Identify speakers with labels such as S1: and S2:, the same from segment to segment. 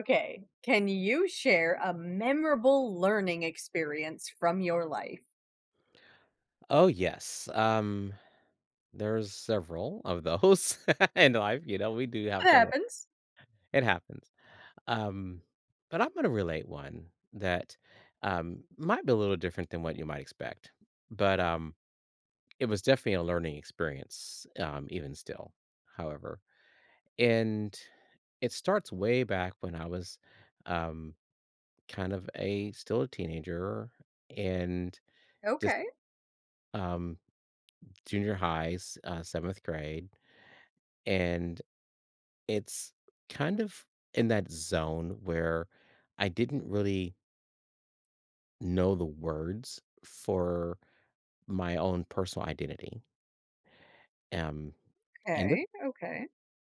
S1: Okay. Can you share a memorable learning experience from your life?
S2: Oh, yes. There's several of those in life, you know, we do have
S1: That
S2: to
S1: happens.
S2: it happens. Um, but I'm gonna relate one that, might be a little different than what you might expect, but, it was definitely a learning experience, even still, however, and it starts way back when I was, um, kind of a still a teenager, and just,
S1: Okay.
S2: um, junior highs, 7th grade, and it's kind of in that zone where I didn't really know the words for my own personal identity. Um, and this
S1: Okay. Okay.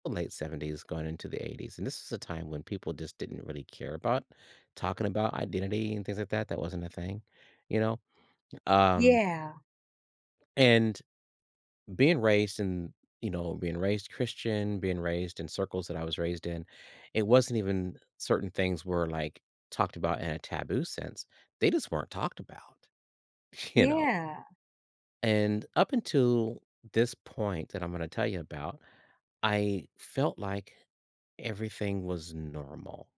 S2: was the late 70s going into the 80s. And this was a time when people just didn't really care about talking about identity and things like that. That wasn't a thing, you know? Um,
S1: Yeah.
S2: and being raised in you know, being raised Christian, being raised in circles that I was raised in, it wasn't even certain things were, like, talked about in a taboo sense. They just weren't talked about, you know?
S1: Yeah.
S2: And up until this point that I'm going to tell you about, I felt like everything was normal.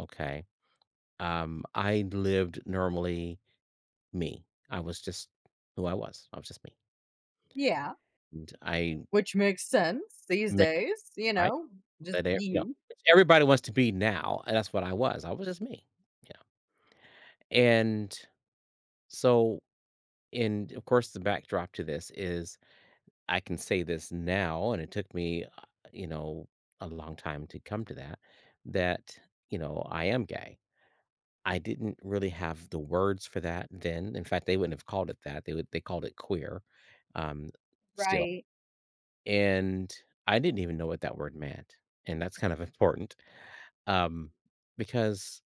S2: Okay, I lived normally. Me I was just who I was. I was just me.
S1: Yeah.
S2: And I
S1: Which makes sense these
S2: mixed
S1: days, you know, just
S2: That e
S1: be
S2: You know,
S1: you.
S2: which everybody wants to be now, and that's what I was. I was just me, you know, and so and of course, the backdrop to this is, I can say this now, and it took me, you know, a long time to come to that, you know, I am gay. I didn't really have the words for that then. In fact, they wouldn't have called it that. They called it queer, um, still,
S1: Right.
S2: and I didn't even know what that word meant, and that's kind of important, um, because,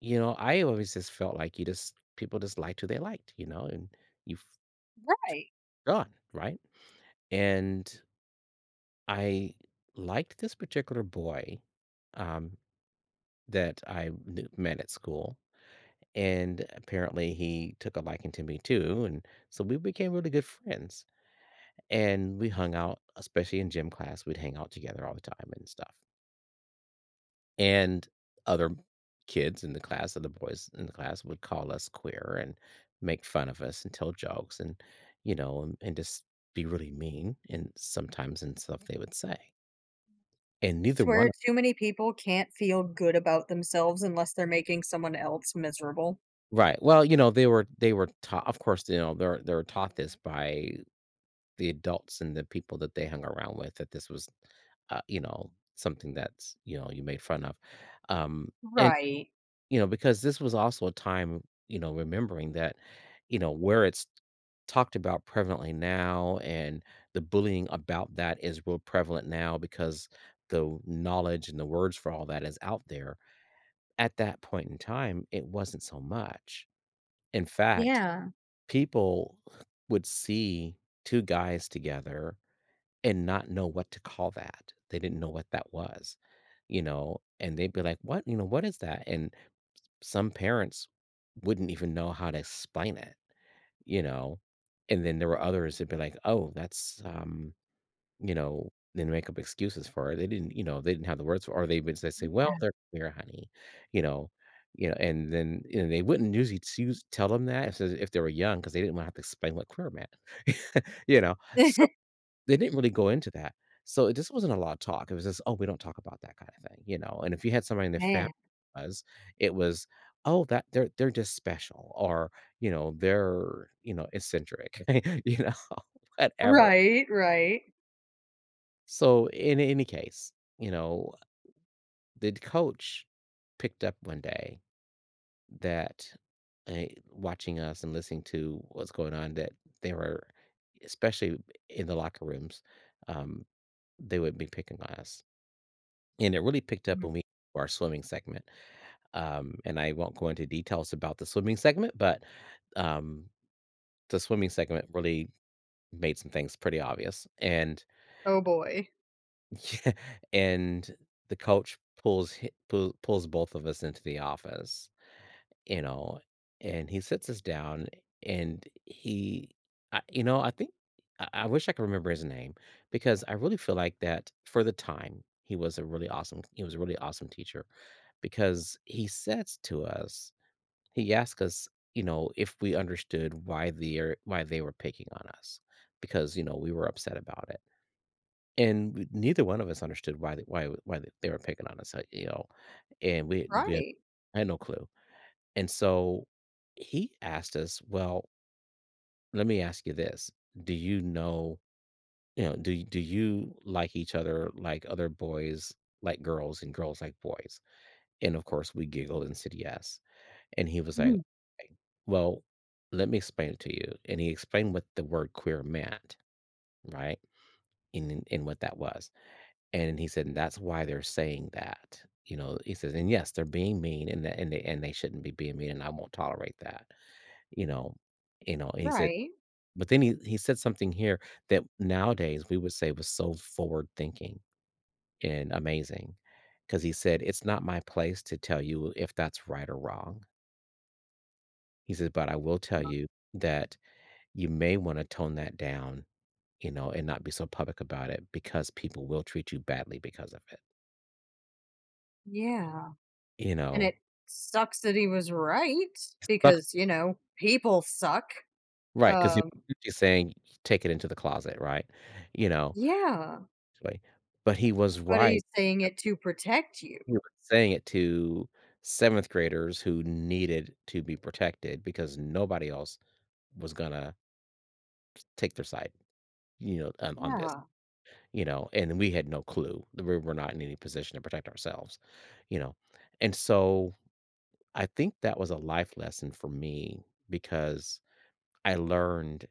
S2: you know, I always just felt like you just people just liked who they liked, you know, and you've
S1: Right.
S2: gone, right? And I liked this particular boy, um, that I knew, met at school, and apparently he took a liking to me too, and so we became really good friends. And we hung out, especially in gym class. We'd hang out together all the time and stuff. And other kids in the class, other boys in the class would call us queer and make fun of us and tell jokes, and, you know, and just be really mean and sometimes in stuff they would say. And
S1: I
S2: neither
S1: swear
S2: one of
S1: too many people can't feel good about themselves unless they're making someone else miserable.
S2: Right. Well, you know, they were taught, of course, you know, they were taught this by the adults and the people that they hung around with, that this was, you know, something that's, you know, you made fun of. Um
S1: Right.
S2: You know, because this was also a time, you know, remembering that, you know, where it's talked about prevalently now, and the bullying about that is real prevalent now, because the knowledge and the words for all that is out there. At that point in time, it wasn't so much. In fact,
S1: Yeah.
S2: people would see two guys together and not know what to call that. They didn't know what that was, you know, and they'd be like, "What? You know, what is that?" And some parents wouldn't even know how to explain it, you know? And then there were others that'd be like, "Oh, that's, you know, then make up excuses for it. They didn't have the words for, or they would just say, "Well, they're queer, honey," you know? You know, and then, you know, they wouldn't usually choose tell them that, if they were young, because they didn't wanna have to explain what queer meant, you know? So they didn't really go into that. So it just wasn't a lot of talk. It was just, "Oh, we don't talk about that," kinda thing, you know? And if you had somebody in the family
S1: Man.
S2: was, it was, "Oh, that they're just special," or, you know, "They're, you know, eccentric," you know, whatever.
S1: Right. Right.
S2: So in any case, you know, the coach picked up one day that, watching us and listening to what's going on, that they were, especially in the locker rooms, um, they would be picking on us. And it really picked up
S1: Mhm.
S2: when we did our swimming segment. And I won't go into details about the swimming segment, but, um, the swimming segment really made some things pretty obvious. And
S1: Oh boy.
S2: and the coach pulls both of us into the office. You know, and he sits us down, and you know, I think I wish I could remember his name, because I really feel like that for the time he was a really awesome he was a really awesome teacher, because he says to us, he asked us, you know, if we understood why they were picking on us, because, you know, we were upset about it, and neither one of us understood why they were picking on us, you know, and we
S1: Right.
S2: had no clue. And so he asked us, "Well, let me ask you this: Do you know, do you like each other, like other boys like girls and girls like boys?" And of course, we giggled and said yes. And he was like,
S1: Mhm.
S2: "Okay, well, let me explain it to you." And he explained what the word queer meant, right? And what that was. And he said, "That's why they're saying that." You know, he says, "And yes, they're being mean, and they shouldn't be being mean, and I won't tolerate that." You know you know, and he said,
S1: Right.
S2: but then he said something here that nowadays we would say was so forward thinking and amazing, because he said, "It's not my place to tell you if that's right or wrong." He says, "But I will tell you that you may wanna tone that down, you know, and not be so public about it because people will treat you badly because of it."
S1: Yeah,
S2: You
S1: and
S2: know?
S1: it sucks that he was right
S2: Like-
S1: because, you know, people suck.
S2: Right, because 'cause
S1: Um,
S2: you're saying, "Take it into the closet," right? You know,
S1: yeah,
S2: but but he was
S1: but he's
S2: right.
S1: saying it to protect you.
S2: We were saying it to 7th graders who needed to be protected, because nobody else was gonna take their side, you know, on this,
S1: Yeah,
S2: you know, and we had no clue. We were not in any position to protect ourselves, you know, and so I think that was a life lesson for me, because I learned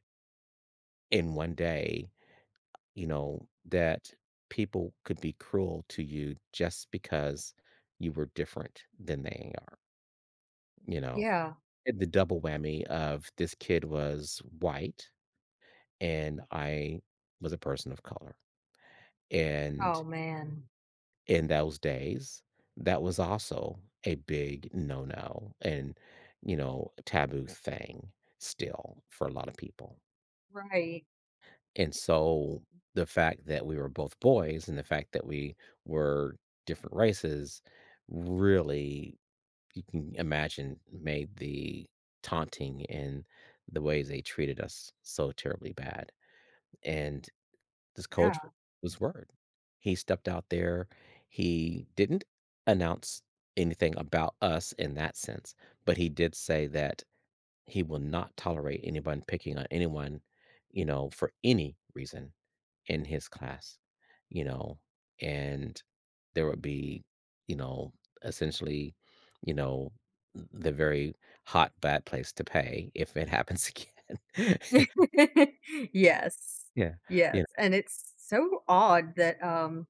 S2: in one day, you know, that people could be cruel to you just because you were different than they are, you know?
S1: yeah.
S2: Did the double whammy of this kid was white and I was a person of color. And
S1: Oh, man.
S2: in those days, that was also a big no-no and, you know, taboo thing still for a lot of people.
S1: Right,
S2: And so the fact that we were both boys and the fact that we were different races really, you can imagine, made the taunting and the ways they treated us so terribly bad. And this
S1: yeah.
S2: coach was word. He stepped out there. He didn't announce anything about us in that sense, but he did say that he will not tolerate anyone picking on anyone, you know, for any reason in his class, you know, and there would be, you know, essentially, you know, the very hot bad place to pay if it happens again.
S1: Yes,
S2: Yeah,
S1: yes,
S2: yeah,
S1: and it's so odd that,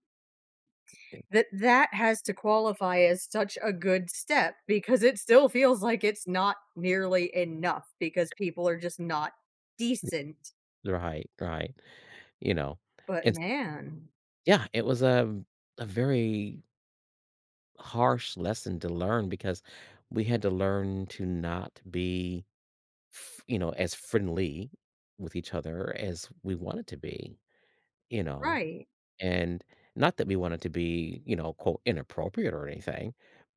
S2: yeah,
S1: that that has to qualify as such a good step because it still feels like it's not nearly enough because people are just not decent,
S2: right, right, you know,
S1: but
S2: it's
S1: man.
S2: yeah, it was a very harsh lesson to learn, because we had to learn to not be, you know, as friendly with each other as we wanted to be, you know.
S1: Right,
S2: And not that we wanted to be, you know, quote, inappropriate or anything,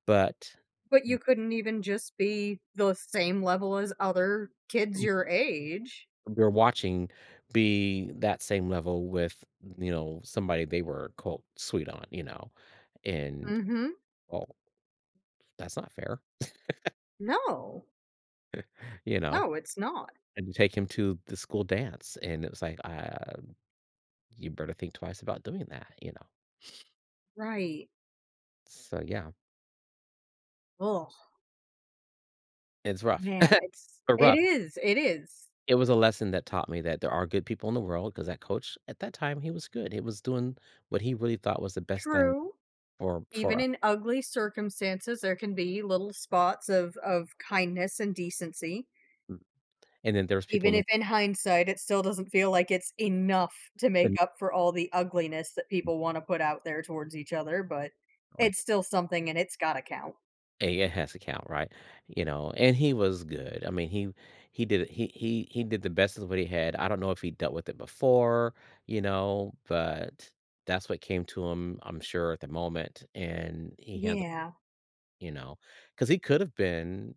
S2: but
S1: but you couldn't even just be the same level as other kids your age.
S2: we're watching be that same level with, you know, somebody they were, quote, sweet on, you know, and,
S1: Mhm.
S2: oh, that's not fair,
S1: No.
S2: you know?
S1: No, it's not.
S2: And to take him to the school dance. And it was like, you better think twice about doing that, you know?
S1: Right.
S2: So, yeah,
S1: Oh
S2: it's rough,
S1: man, it's
S2: but
S1: it
S2: rough.
S1: is, it is.
S2: It was a lesson that taught me that there are good people in the world, because that coach at that time, he was good. He was doing what he really thought was the best thing.
S1: True. Even
S2: For
S1: in ugly circumstances, there can be little spots of kindness and decency.
S2: and then there's people
S1: Even
S2: in
S1: if in hindsight, it still doesn't feel like it's enough to
S2: the
S1: make up for all the ugliness that people wanna put out there towards each other, but it's still something and it's gotta count.
S2: a has account, right? You know, and he was good. I mean, he did the best of what he had. I don't know if he dealt with it before, you know, but that's what came to him, I'm sure, at the moment, and he handled
S1: Yeah,
S2: you know, because he could have been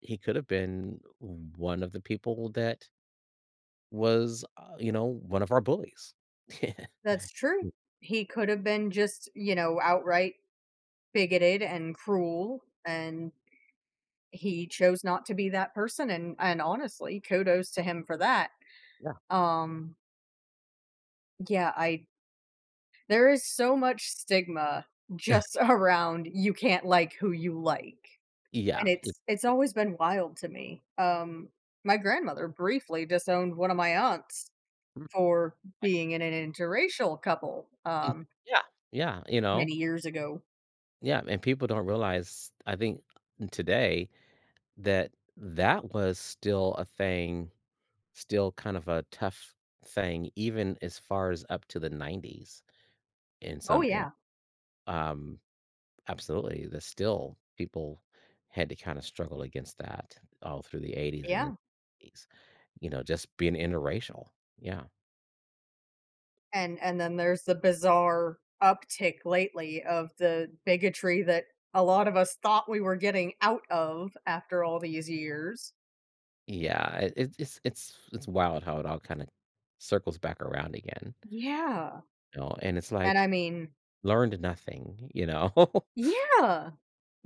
S2: he could have been one of the people that was, you know, one of our bullies.
S1: that's true. He could have been just, you know, outright bigoted and cruel, and he chose not to be that person, and honestly, kudos to him for that.
S2: Yeah.
S1: Um, yeah, I there is so much stigma just around you can't like who you like.
S2: Yeah.
S1: And
S2: Yeah. Yeah.
S1: it's always been wild to me. Um, my grandmother briefly disowned one of my aunts
S2: Mm,
S1: for being in an interracial couple,
S2: mm,
S1: um,
S2: yeah. Yeah, you know?
S1: many years ago.
S2: Yeah, and people don't realize, I think, today, that that was still a thing, still kind of a tough thing, even as far as up to the 90s in
S1: Oh
S2: some areas.
S1: yeah.
S2: Um, absolutely. The still people had to kind of struggle against that all through the 80s and the
S1: Yeah,
S2: 90s, you know, just being interracial. Yeah.
S1: and then there's the bizarre uptick lately of the bigotry that a lot of us thought we were getting out of after all these years.
S2: Yeah. It's wild how it all kind of circles back around again,
S1: Yeah,
S2: you know, and it's
S1: and I
S2: like,
S1: mean,
S2: learned nothing, you know.
S1: yeah,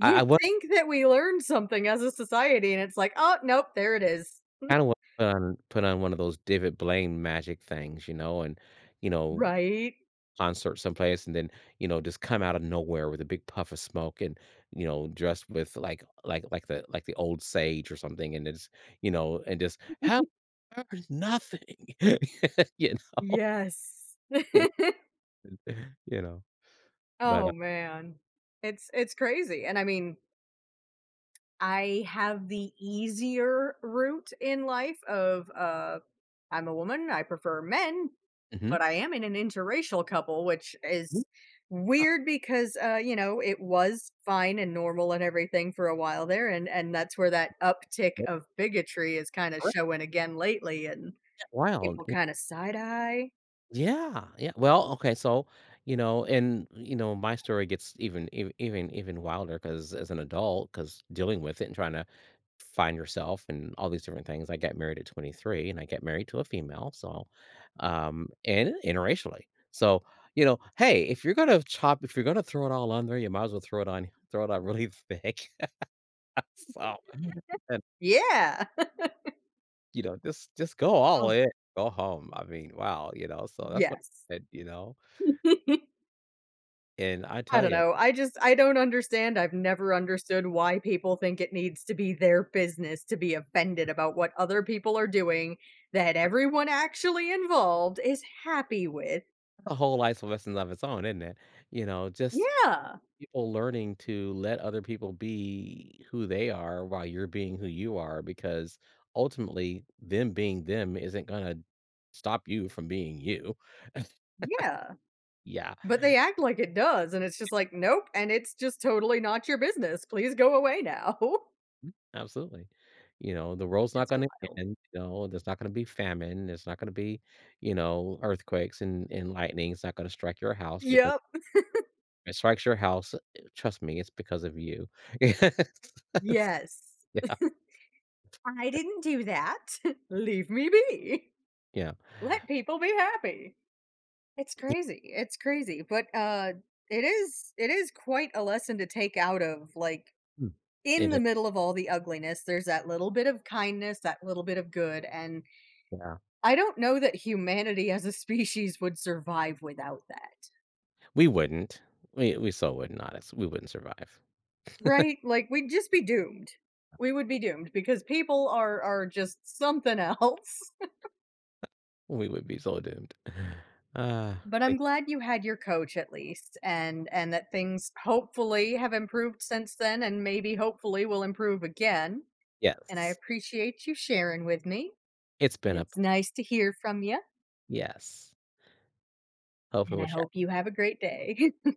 S2: I wa
S1: think that we learned something as a society, and it's like, "Oh, nope, there it is."
S2: kinda wanna put on one of those David Blaine magic things, you know, and, you know,
S1: Right?
S2: concert someplace and then, you know, just come out of nowhere with a big puff of smoke and, you know, dressed with like the old sage or something, and it's, you know, and just help her nothing, you know?
S1: Yes.
S2: You know? But,
S1: Oh, man. It's crazy, and I mean I have the easier route in life of, I'm a woman, I prefer men,
S2: mhm.
S1: but I am in an interracial couple, which is weird because, you know, it was fine and normal and everything for a while there, and that's where that uptick of bigotry is kinda showing again lately, and
S2: Wow,
S1: people kinda side eye.
S2: yeah, yeah. Well, okay, so, you know, and, you know, my story gets even ev even even wilder, because as an adult, because dealing with it and trying to find yourself and all these different things, I got married at 23 and I got married to a female, so, and interracially. So, you know, hey, if you're gonna throw it all on there, you might as well throw it on really thick. So, and,
S1: Yeah.
S2: you know, just go all
S1: Oh.
S2: in, go home. I mean, wow, you know, so that's what
S1: Yes.
S2: I did, you know, and I
S1: I
S2: tell
S1: don't
S2: you,
S1: know. I just I don't understand. I've never understood why people think it needs to be their business to be offended about what other people are doing that everyone actually involved is happy with.
S2: a whole life lesson of its own, isn't it? You know, just
S1: Yeah.
S2: people learning to let other people be who they are while you're being who you are, because ultimately, them being them isn't gonna stop you from being you.
S1: Yeah.
S2: Yeah,
S1: But they act like it does and it's just like, "Nope, and it's just totally not your business. Please go away now."
S2: mm, absolutely. You know, the world's not
S1: It's
S2: gonna
S1: wild.
S2: end. You know, there's not gonna be famine. There's not gonna be, you know, earthquakes and lightning. It's not gonna strike your house, because
S1: Yep.
S2: if it strikes your house, trust me, it's because of you.
S1: Yes.
S2: Yeah,
S1: I didn't do that. Leave me be.
S2: yeah.
S1: Let people be happy. It's crazy, but, it is quite a lesson to take out of, like,
S2: Mm.
S1: in
S2: It
S1: the
S2: is,
S1: middle of all the ugliness, there's that little bit of kindness, that little bit of good, and
S2: yeah.
S1: I don't know that humanity as a species would survive without that,
S2: We wouldn't. We so would not s we wouldn't survive.
S1: right? Like, we'd just be doomed. We would be doomed because people are just something else.
S2: We would be so doomed. Uh,
S1: But I'm
S2: think
S1: glad you had your coach at least, and that things hopefully have improved since then and maybe hopefully will improve again, and I
S2: yes.
S1: appreciate you sharing with me.
S2: It's been a p
S1: It's nice to hear from you,
S2: yes. Hopefully
S1: and
S2: we
S1: I
S2: will chat
S1: hope you have a great day.